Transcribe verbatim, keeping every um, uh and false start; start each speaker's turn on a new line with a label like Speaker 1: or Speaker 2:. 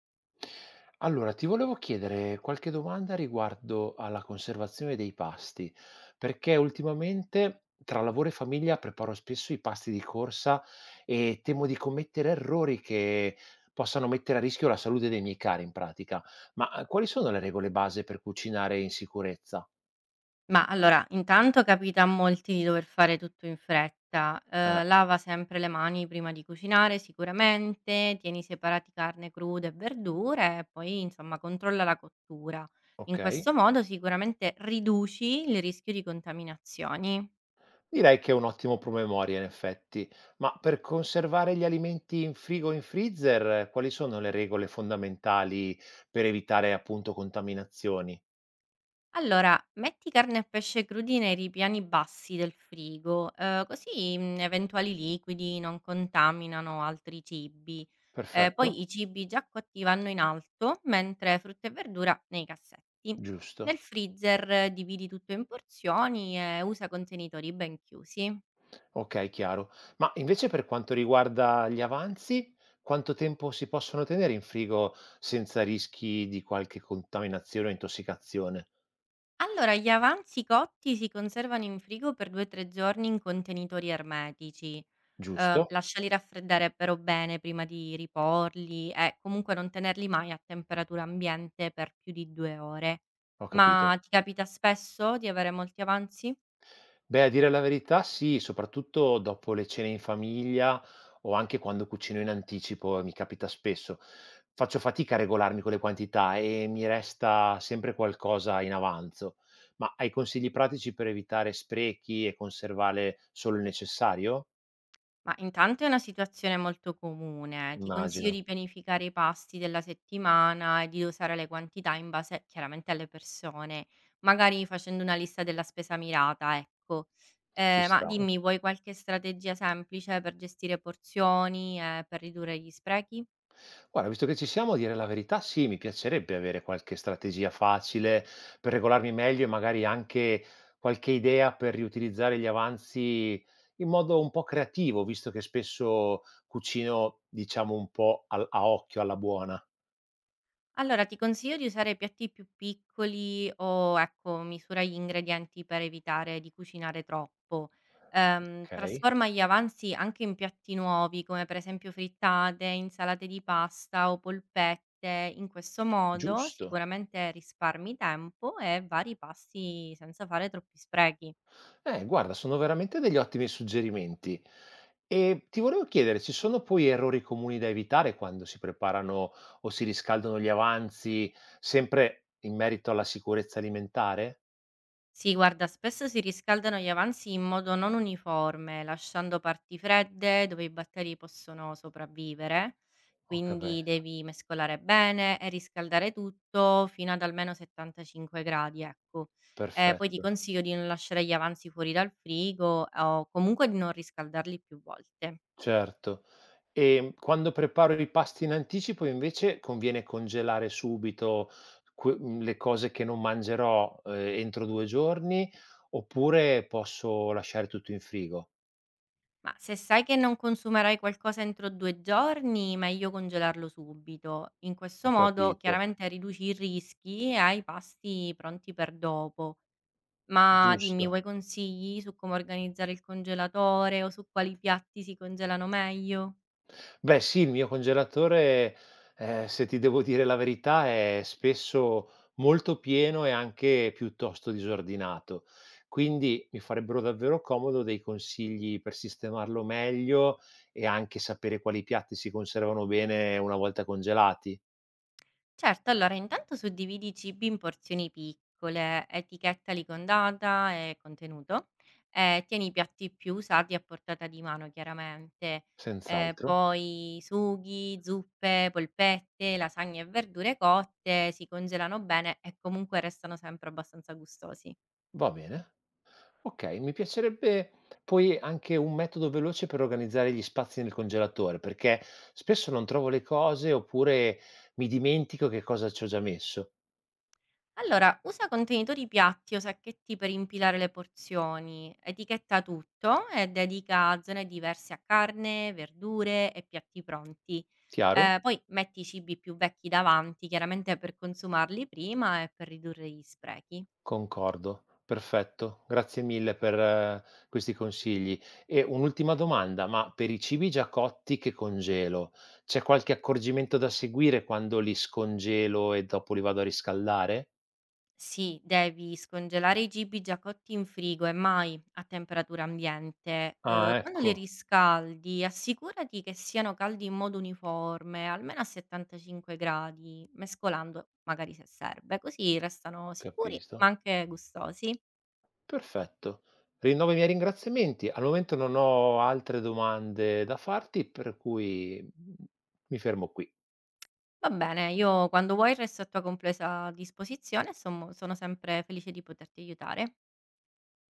Speaker 1: Allora, ti volevo chiedere qualche domanda riguardo alla conservazione dei pasti, perché ultimamente tra lavoro e famiglia preparo spesso i pasti di corsa e temo di commettere errori che possano mettere a rischio la salute dei miei cari in pratica. Ma eh, quali sono le regole base per cucinare in sicurezza?
Speaker 2: Ma allora, intanto capita a molti di dover fare tutto in fretta.
Speaker 1: Eh,
Speaker 2: Eh, lava sempre le mani prima di cucinare, sicuramente, tieni separati carne cruda e verdure e poi, insomma, controlla la cottura. In
Speaker 1: ok.
Speaker 2: questo modo sicuramente riduci il rischio di contaminazioni.
Speaker 1: Direi che è un ottimo promemoria in effetti, ma per conservare gli alimenti in frigo o in freezer, eh, quali sono le regole fondamentali per evitare appunto contaminazioni?
Speaker 2: Allora, metti carne e pesce crudi nei ripiani bassi del frigo, eh, così mm, eventuali liquidi non contaminano altri cibi. Eh,
Speaker 1: Perfetto,
Speaker 2: poi i cibi già cotti vanno in alto, mentre frutta e verdura nei cassetti. Nel
Speaker 1: giusto.
Speaker 2: freezer eh, dividi tutto in porzioni e usa contenitori ben chiusi.
Speaker 1: Ok, chiaro. Ma invece per quanto riguarda gli avanzi, quanto tempo si possono tenere in frigo senza rischi di qualche contaminazione o intossicazione?
Speaker 2: Allora, gli avanzi cotti si conservano in frigo per due a tre giorni in contenitori ermetici. Uhm,
Speaker 1: Giusto?
Speaker 2: lasciali raffreddare però bene prima di riporli e comunque non tenerli mai a temperatura ambiente per più di due ore.
Speaker 1: Ho capito.
Speaker 2: Ma ti capita spesso di avere molti avanzi?
Speaker 1: Beh, a dire la verità sì, soprattutto dopo le cene in famiglia o anche quando cucino in anticipo, mi capita spesso. Faccio fatica a regolarmi con le quantità e mi resta sempre qualcosa in avanzo. Ma hai consigli pratici per evitare sprechi e conservare solo il necessario?
Speaker 2: Ma intanto è una situazione molto comune. Ti consiglio
Speaker 1: Immagino,
Speaker 2: di pianificare i pasti della settimana e di dosare le quantità in base chiaramente alle persone, magari facendo una lista della spesa mirata, ecco.
Speaker 1: ci
Speaker 2: Ehm, ma
Speaker 1: sta.
Speaker 2: dimmi, vuoi qualche strategia semplice per gestire porzioni e per ridurre gli sprechi?
Speaker 1: Guarda, visto che ci siamo, a dire la verità, sì, mi piacerebbe avere qualche strategia facile per regolarmi meglio e magari anche qualche idea per riutilizzare gli avanzi in modo un po' creativo, visto che spesso cucino, diciamo, un po' al- a occhio, alla buona.
Speaker 2: Allora, ti consiglio di usare piatti più piccoli o, ecco, misura gli ingredienti per evitare di cucinare troppo. Ehm,
Speaker 1: Ok,
Speaker 2: trasforma gli avanzi anche in piatti nuovi, come per esempio frittate, insalate di pasta o polpette. In questo modo
Speaker 1: giusto.
Speaker 2: sicuramente risparmi tempo e vari pasti senza fare troppi sprechi.
Speaker 1: Eh, guarda, sono veramente degli ottimi suggerimenti. E ti volevo chiedere, ci sono poi errori comuni da evitare quando si preparano o si riscaldano gli avanzi, sempre in merito alla sicurezza alimentare?
Speaker 2: Sì, guarda, spesso si riscaldano gli avanzi in modo non uniforme, lasciando parti fredde dove i batteri possono sopravvivere,
Speaker 1: Ho
Speaker 2: quindi
Speaker 1: capito,
Speaker 2: devi mescolare bene e riscaldare tutto fino ad almeno settantacinque gradi, ecco. Eh, poi ti
Speaker 1: perfetto,
Speaker 2: consiglio di non lasciare gli avanzi fuori dal frigo o comunque di non riscaldarli più volte.
Speaker 1: certo. E quando preparo i pasti in anticipo, invece, conviene congelare subito que- mh, le cose che non mangerò, eh, entro due giorni, oppure posso lasciare tutto in frigo?
Speaker 2: Ma se sai che non consumerai qualcosa entro due giorni, meglio congelarlo subito. In questo
Speaker 1: Ho
Speaker 2: modo
Speaker 1: capito,
Speaker 2: chiaramente riduci i rischi e hai i pasti pronti per dopo. Ma dimmi,
Speaker 1: giusto.
Speaker 2: vuoi consigli su come organizzare il congelatore o su quali piatti si congelano meglio?
Speaker 1: Beh sì, il mio congelatore, ehm, se ti devo dire la verità, è spesso molto pieno e anche piuttosto disordinato. Quindi mi farebbero davvero comodo dei consigli per sistemarlo meglio e anche sapere quali piatti si conservano bene una volta congelati.
Speaker 2: Certo, allora intanto suddividi i cibi in porzioni piccole, etichettali con data e contenuto, e tieni i piatti più usati a portata di mano chiaramente. Eh,
Speaker 1: Senz'altro.
Speaker 2: poi sughi, zuppe, polpette, lasagne e verdure cotte si congelano bene e comunque restano sempre abbastanza gustosi.
Speaker 1: Va bene. Okay, mi piacerebbe poi anche un metodo veloce per organizzare gli spazi nel congelatore, perché spesso non trovo le cose oppure mi dimentico che cosa ci ho già messo.
Speaker 2: Allora, usa contenitori piatti o sacchetti per impilare le porzioni, etichetta tutto e dedica zone diverse a carne, verdure e piatti pronti.
Speaker 1: Chiaro?
Speaker 2: Eh, poi metti i cibi più vecchi davanti, chiaramente per consumarli prima e per ridurre gli sprechi.
Speaker 1: Concordo. Perfetto. Grazie mille per eh, questi consigli. E un'ultima domanda, ma per i cibi già cotti che congelo, c'è qualche accorgimento da seguire quando li scongelo e dopo li vado a riscaldare?
Speaker 2: Sì, devi scongelare i cibi già cotti in frigo e mai a temperatura ambiente. Ehm,
Speaker 1: Ah,
Speaker 2: quando li
Speaker 1: ecco,
Speaker 2: riscaldi, assicurati che siano caldi in modo uniforme, almeno a settantacinque gradi, mescolando magari se serve, così restano
Speaker 1: ho
Speaker 2: sicuri
Speaker 1: capito.
Speaker 2: ma anche gustosi.
Speaker 1: Perfetto. Rinnovo i miei ringraziamenti. Al momento non ho altre domande da farti, per cui, mhmm, mi fermo qui.
Speaker 2: Va bene, io quando vuoi resto a tua complesa disposizione, sommo sono sempre felice di poterti aiutare.